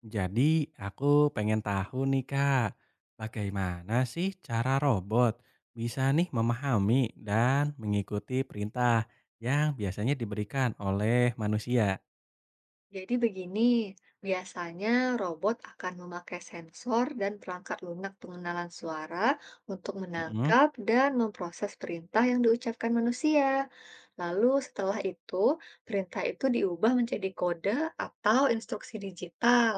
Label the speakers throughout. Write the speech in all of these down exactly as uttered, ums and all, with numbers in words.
Speaker 1: Jadi aku pengen tahu nih Kak, bagaimana sih cara robot bisa nih memahami dan mengikuti perintah yang biasanya diberikan oleh manusia?
Speaker 2: Jadi begini, biasanya robot akan memakai sensor dan perangkat lunak pengenalan suara untuk
Speaker 1: Mm-mm,
Speaker 2: menangkap dan memproses perintah yang diucapkan manusia. Lalu setelah itu, perintah itu diubah menjadi kode atau instruksi digital.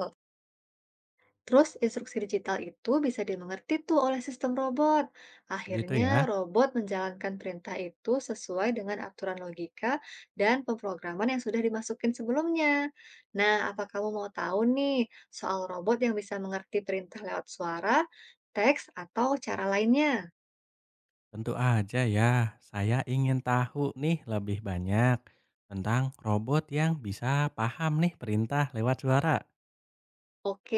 Speaker 2: Terus instruksi digital itu bisa dimengerti tuh oleh sistem robot.
Speaker 1: gitu
Speaker 2: Akhirnya
Speaker 1: ya.
Speaker 2: robot menjalankan perintah itu sesuai dengan aturan logika dan pemrograman yang sudah dimasukin sebelumnya. Nah, apa kamu mau tahu nih soal robot yang bisa mengerti perintah lewat suara, teks, atau cara lainnya?
Speaker 1: Tentu aja ya, saya ingin tahu nih lebih banyak tentang robot yang bisa paham nih perintah lewat suara.
Speaker 2: Oke,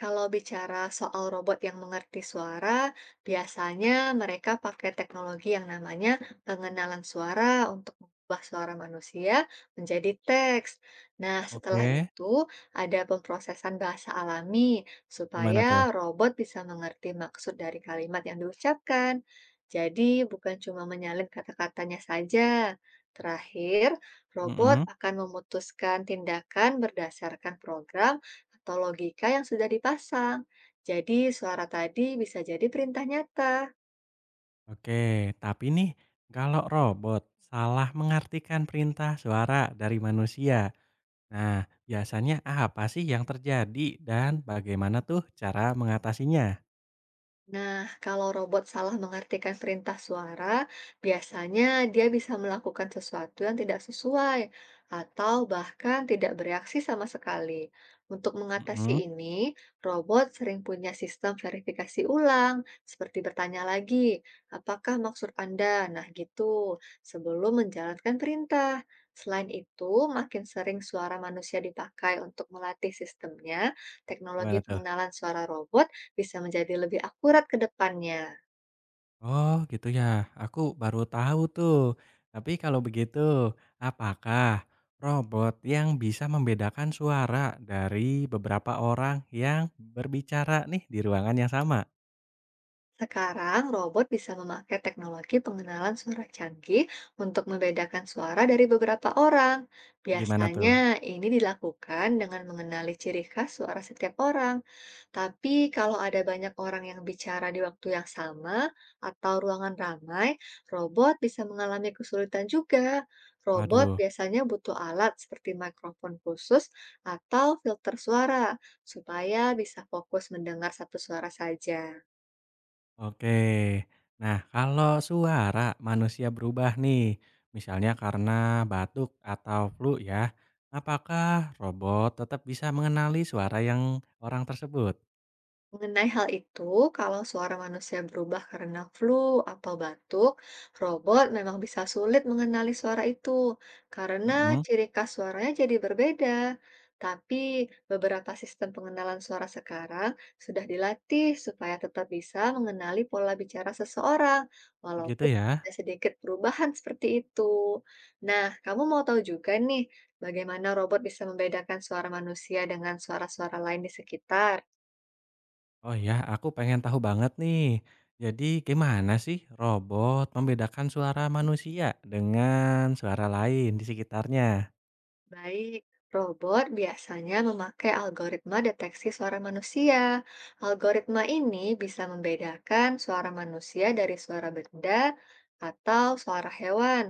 Speaker 2: kalau bicara soal robot yang mengerti suara, biasanya mereka pakai teknologi yang namanya pengenalan suara untuk mengubah suara manusia menjadi teks. Nah, setelah
Speaker 1: Oke,
Speaker 2: itu ada pemrosesan bahasa alami
Speaker 1: gimana tuh?
Speaker 2: supaya robot bisa mengerti maksud dari kalimat yang diucapkan. Jadi, bukan cuma menyalin kata-katanya saja. Terakhir, robot
Speaker 1: Mm-mm.
Speaker 2: akan memutuskan tindakan berdasarkan program atau logika yang sudah dipasang. Jadi, suara tadi bisa jadi perintah nyata.
Speaker 1: Oke, tapi nih kalau robot salah mengartikan perintah suara dari manusia. Nah, biasanya apa sih yang terjadi dan bagaimana tuh cara mengatasinya?
Speaker 2: Nah, kalau robot salah mengartikan perintah suara, biasanya dia bisa melakukan sesuatu yang tidak sesuai atau bahkan tidak bereaksi sama sekali. Untuk
Speaker 1: Mhm,
Speaker 2: mengatasi ini, robot sering punya sistem verifikasi ulang, seperti bertanya lagi, apakah maksud Anda? Nah, gitu, sebelum menjalankan perintah. Selain itu, makin sering suara manusia dipakai untuk melatih sistemnya, teknologi
Speaker 1: gimana tuh?
Speaker 2: pengenalan suara robot bisa menjadi lebih akurat ke depannya.
Speaker 1: Oh, gitu ya. Aku baru tahu tuh. Tapi kalau begitu, apakah robot yang bisa membedakan suara dari beberapa orang yang berbicara nih di ruangan yang sama?
Speaker 2: Sekarang, robot bisa memakai teknologi pengenalan suara canggih untuk membedakan suara dari beberapa orang.
Speaker 1: Gimana tuh?
Speaker 2: Biasanya, ini dilakukan dengan mengenali ciri khas suara setiap orang. Tapi, kalau ada banyak orang yang bicara di waktu yang sama atau ruangan ramai, robot bisa mengalami kesulitan juga. Robot
Speaker 1: Waduh.
Speaker 2: biasanya butuh alat seperti mikrofon khusus atau filter suara supaya bisa fokus mendengar satu suara saja.
Speaker 1: Oke. Nah, kalau suara manusia berubah nih, misalnya karena batuk atau flu ya, apakah robot tetap bisa mengenali suara yang orang tersebut?
Speaker 2: Mengenai hal itu, kalau suara manusia berubah karena flu atau batuk, robot memang bisa sulit mengenali suara itu karena
Speaker 1: Mhm,
Speaker 2: ciri khas suaranya jadi berbeda. Tapi beberapa sistem pengenalan suara sekarang sudah dilatih supaya tetap bisa mengenali pola bicara seseorang,
Speaker 1: gitu
Speaker 2: walaupun
Speaker 1: ya.
Speaker 2: ada sedikit perubahan seperti itu. Nah, kamu mau tahu juga nih, bagaimana robot bisa membedakan suara manusia dengan suara-suara lain di sekitar?
Speaker 1: Oh ya, aku pengen tahu banget nih. Jadi gimana sih robot membedakan suara manusia dengan suara lain di sekitarnya?
Speaker 2: Baik, robot biasanya memakai algoritma deteksi suara manusia. Algoritma ini bisa membedakan suara manusia dari suara benda atau suara hewan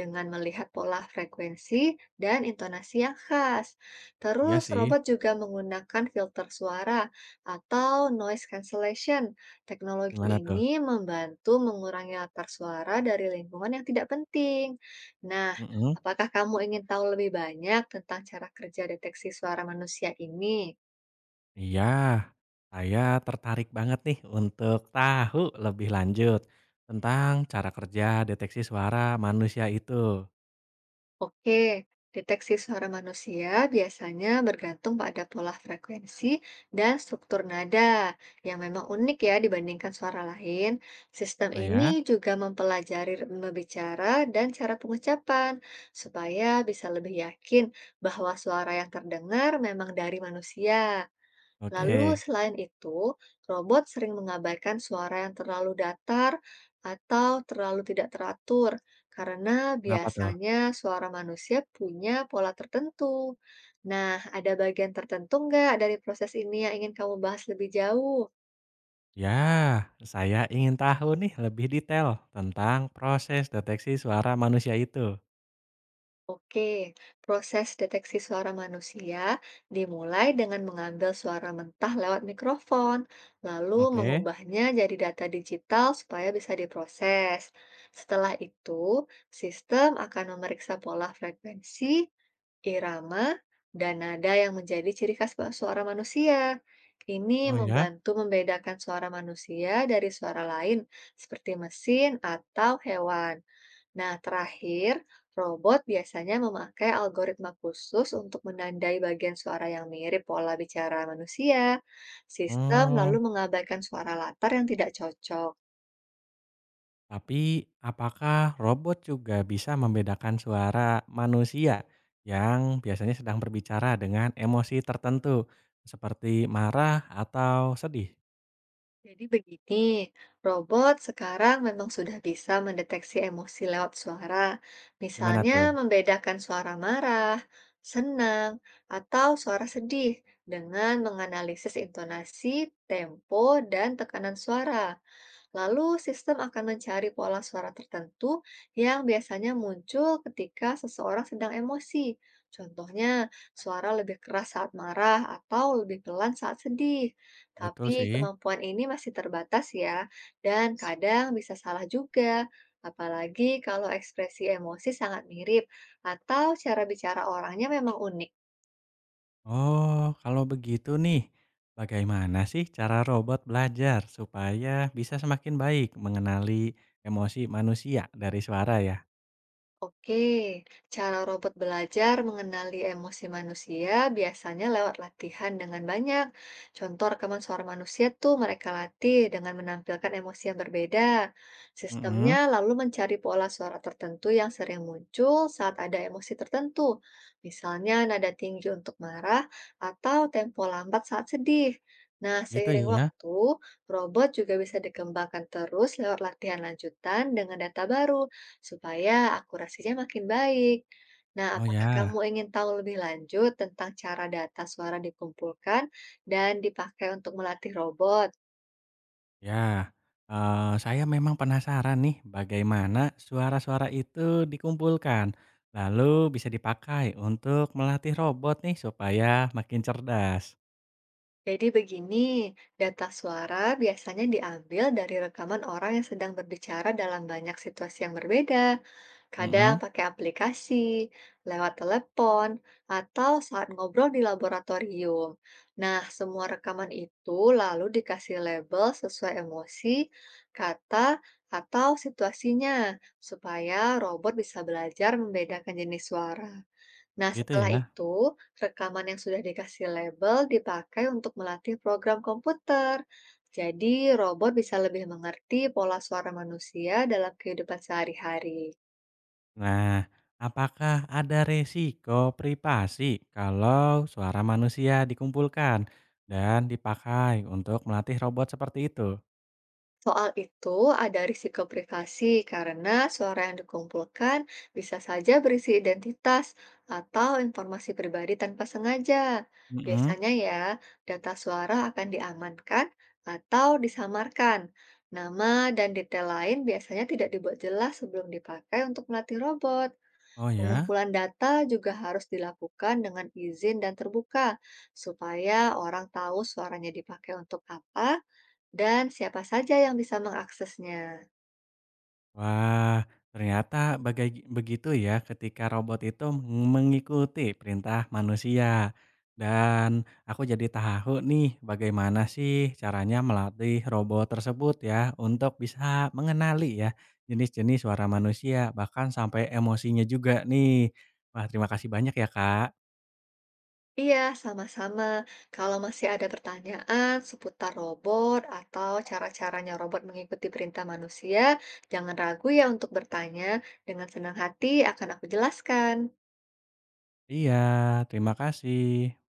Speaker 2: dengan melihat pola frekuensi dan intonasi yang khas.
Speaker 1: Iya
Speaker 2: Terus,
Speaker 1: sih,
Speaker 2: robot juga menggunakan filter suara atau noise cancellation. Teknologi
Speaker 1: gimana tuh?
Speaker 2: ini membantu mengurangi latar suara dari lingkungan yang tidak penting. Nah,
Speaker 1: Mhm.
Speaker 2: apakah kamu ingin tahu lebih banyak tentang cara kerja deteksi suara manusia ini?
Speaker 1: Iya, saya tertarik banget nih untuk tahu lebih lanjut tentang cara kerja deteksi suara manusia itu.
Speaker 2: Oke, deteksi suara manusia biasanya bergantung pada pola frekuensi dan struktur nada yang memang unik ya dibandingkan suara lain. Sistem
Speaker 1: Oh
Speaker 2: ini
Speaker 1: ya?
Speaker 2: juga mempelajari ritme bicara dan cara pengucapan supaya bisa lebih yakin bahwa suara yang terdengar memang dari manusia. Lalu
Speaker 1: Oke.
Speaker 2: selain itu, robot sering mengabaikan suara yang terlalu datar atau terlalu tidak teratur karena
Speaker 1: Kenapa tuh?
Speaker 2: biasanya suara manusia punya pola tertentu. Nah, ada bagian tertentu nggak dari proses ini yang ingin kamu bahas lebih jauh?
Speaker 1: Ya, saya ingin tahu nih lebih detail tentang proses deteksi suara manusia itu.
Speaker 2: Oke, proses deteksi suara manusia dimulai dengan mengambil suara mentah lewat mikrofon, lalu
Speaker 1: Oke.
Speaker 2: mengubahnya jadi data digital supaya bisa diproses. Setelah itu, sistem akan memeriksa pola frekuensi, irama, dan nada yang menjadi ciri khas suara manusia. Ini
Speaker 1: Oh ya?
Speaker 2: membantu membedakan suara manusia dari suara lain, seperti mesin atau hewan. Nah, terakhir, robot biasanya memakai algoritma khusus untuk menandai bagian suara yang mirip pola bicara manusia. Sistem
Speaker 1: Hmm.
Speaker 2: lalu mengabaikan suara latar yang tidak cocok.
Speaker 1: Tapi, apakah robot juga bisa membedakan suara manusia yang biasanya sedang berbicara dengan emosi tertentu, seperti marah atau sedih?
Speaker 2: Jadi begini, robot sekarang memang sudah bisa mendeteksi emosi lewat suara,
Speaker 1: Gimana
Speaker 2: misalnya
Speaker 1: tuh?
Speaker 2: membedakan suara marah, senang, atau suara sedih dengan menganalisis intonasi, tempo, dan tekanan suara. Lalu sistem akan mencari pola suara tertentu yang biasanya muncul ketika seseorang sedang emosi. Contohnya, suara lebih keras saat marah atau lebih pelan saat sedih.
Speaker 1: Betul
Speaker 2: Tapi
Speaker 1: sih.
Speaker 2: kemampuan ini masih terbatas ya, dan kadang bisa salah juga. Apalagi kalau ekspresi emosi sangat mirip atau cara bicara orangnya memang unik.
Speaker 1: Oh, kalau begitu nih, bagaimana sih cara robot belajar supaya bisa semakin baik mengenali emosi manusia dari suara ya?
Speaker 2: Oke, cara robot belajar mengenali emosi manusia biasanya lewat latihan dengan banyak. Contoh rekaman suara manusia tuh mereka latih dengan menampilkan emosi yang berbeda. Sistemnya
Speaker 1: Mhm,
Speaker 2: lalu mencari pola suara tertentu yang sering muncul saat ada emosi tertentu. Misalnya nada tinggi untuk marah atau tempo lambat saat sedih. Nah,
Speaker 1: gitu
Speaker 2: seiring
Speaker 1: ya?
Speaker 2: waktu, robot juga bisa dikembangkan terus lewat latihan lanjutan dengan data baru supaya akurasinya makin baik. Nah,
Speaker 1: Oh
Speaker 2: apakah kamu
Speaker 1: ya.
Speaker 2: ingin tahu lebih lanjut tentang cara data suara dikumpulkan dan dipakai untuk melatih robot?
Speaker 1: Ya, eee, saya memang penasaran nih bagaimana suara-suara itu dikumpulkan, lalu bisa dipakai untuk melatih robot nih supaya makin cerdas.
Speaker 2: Jadi begini, data suara biasanya diambil dari rekaman orang yang sedang berbicara dalam banyak situasi yang berbeda. Kadang
Speaker 1: Mhm,
Speaker 2: pakai aplikasi, lewat telepon, atau saat ngobrol di laboratorium. Nah, semua rekaman itu lalu dikasih label sesuai emosi, kata, atau situasinya, supaya robot bisa belajar membedakan jenis suara. Nah,
Speaker 1: gitu
Speaker 2: setelah
Speaker 1: ya.
Speaker 2: itu, rekaman yang sudah dikasih label dipakai untuk melatih program komputer. Jadi, robot bisa lebih mengerti pola suara manusia dalam kehidupan sehari-hari.
Speaker 1: Nah, apakah ada resiko privasi kalau suara manusia dikumpulkan dan dipakai untuk melatih robot seperti itu?
Speaker 2: Soal itu ada risiko privasi karena suara yang dikumpulkan bisa saja berisi identitas atau informasi pribadi tanpa sengaja.
Speaker 1: Mhm,
Speaker 2: Biasanya ya, data suara akan diamankan atau disamarkan. Nama dan detail lain biasanya tidak dibuat jelas sebelum dipakai untuk melatih robot.
Speaker 1: oh ya?
Speaker 2: Pengumpulan data juga harus dilakukan dengan izin dan terbuka, supaya orang tahu suaranya dipakai untuk apa dan siapa saja yang bisa mengaksesnya.
Speaker 1: Wah, ternyata bagai begitu ya ketika robot itu mengikuti perintah manusia. Dan aku jadi tahu nih bagaimana sih caranya melatih robot tersebut ya untuk bisa mengenali ya jenis-jenis suara manusia bahkan sampai emosinya juga nih. Wah, terima kasih banyak ya Kak.
Speaker 2: Iya, sama-sama. Kalau masih ada pertanyaan seputar robot atau cara-caranya robot mengikuti perintah manusia, jangan ragu ya untuk bertanya. Dengan senang hati akan aku jelaskan.
Speaker 1: Iya, terima kasih.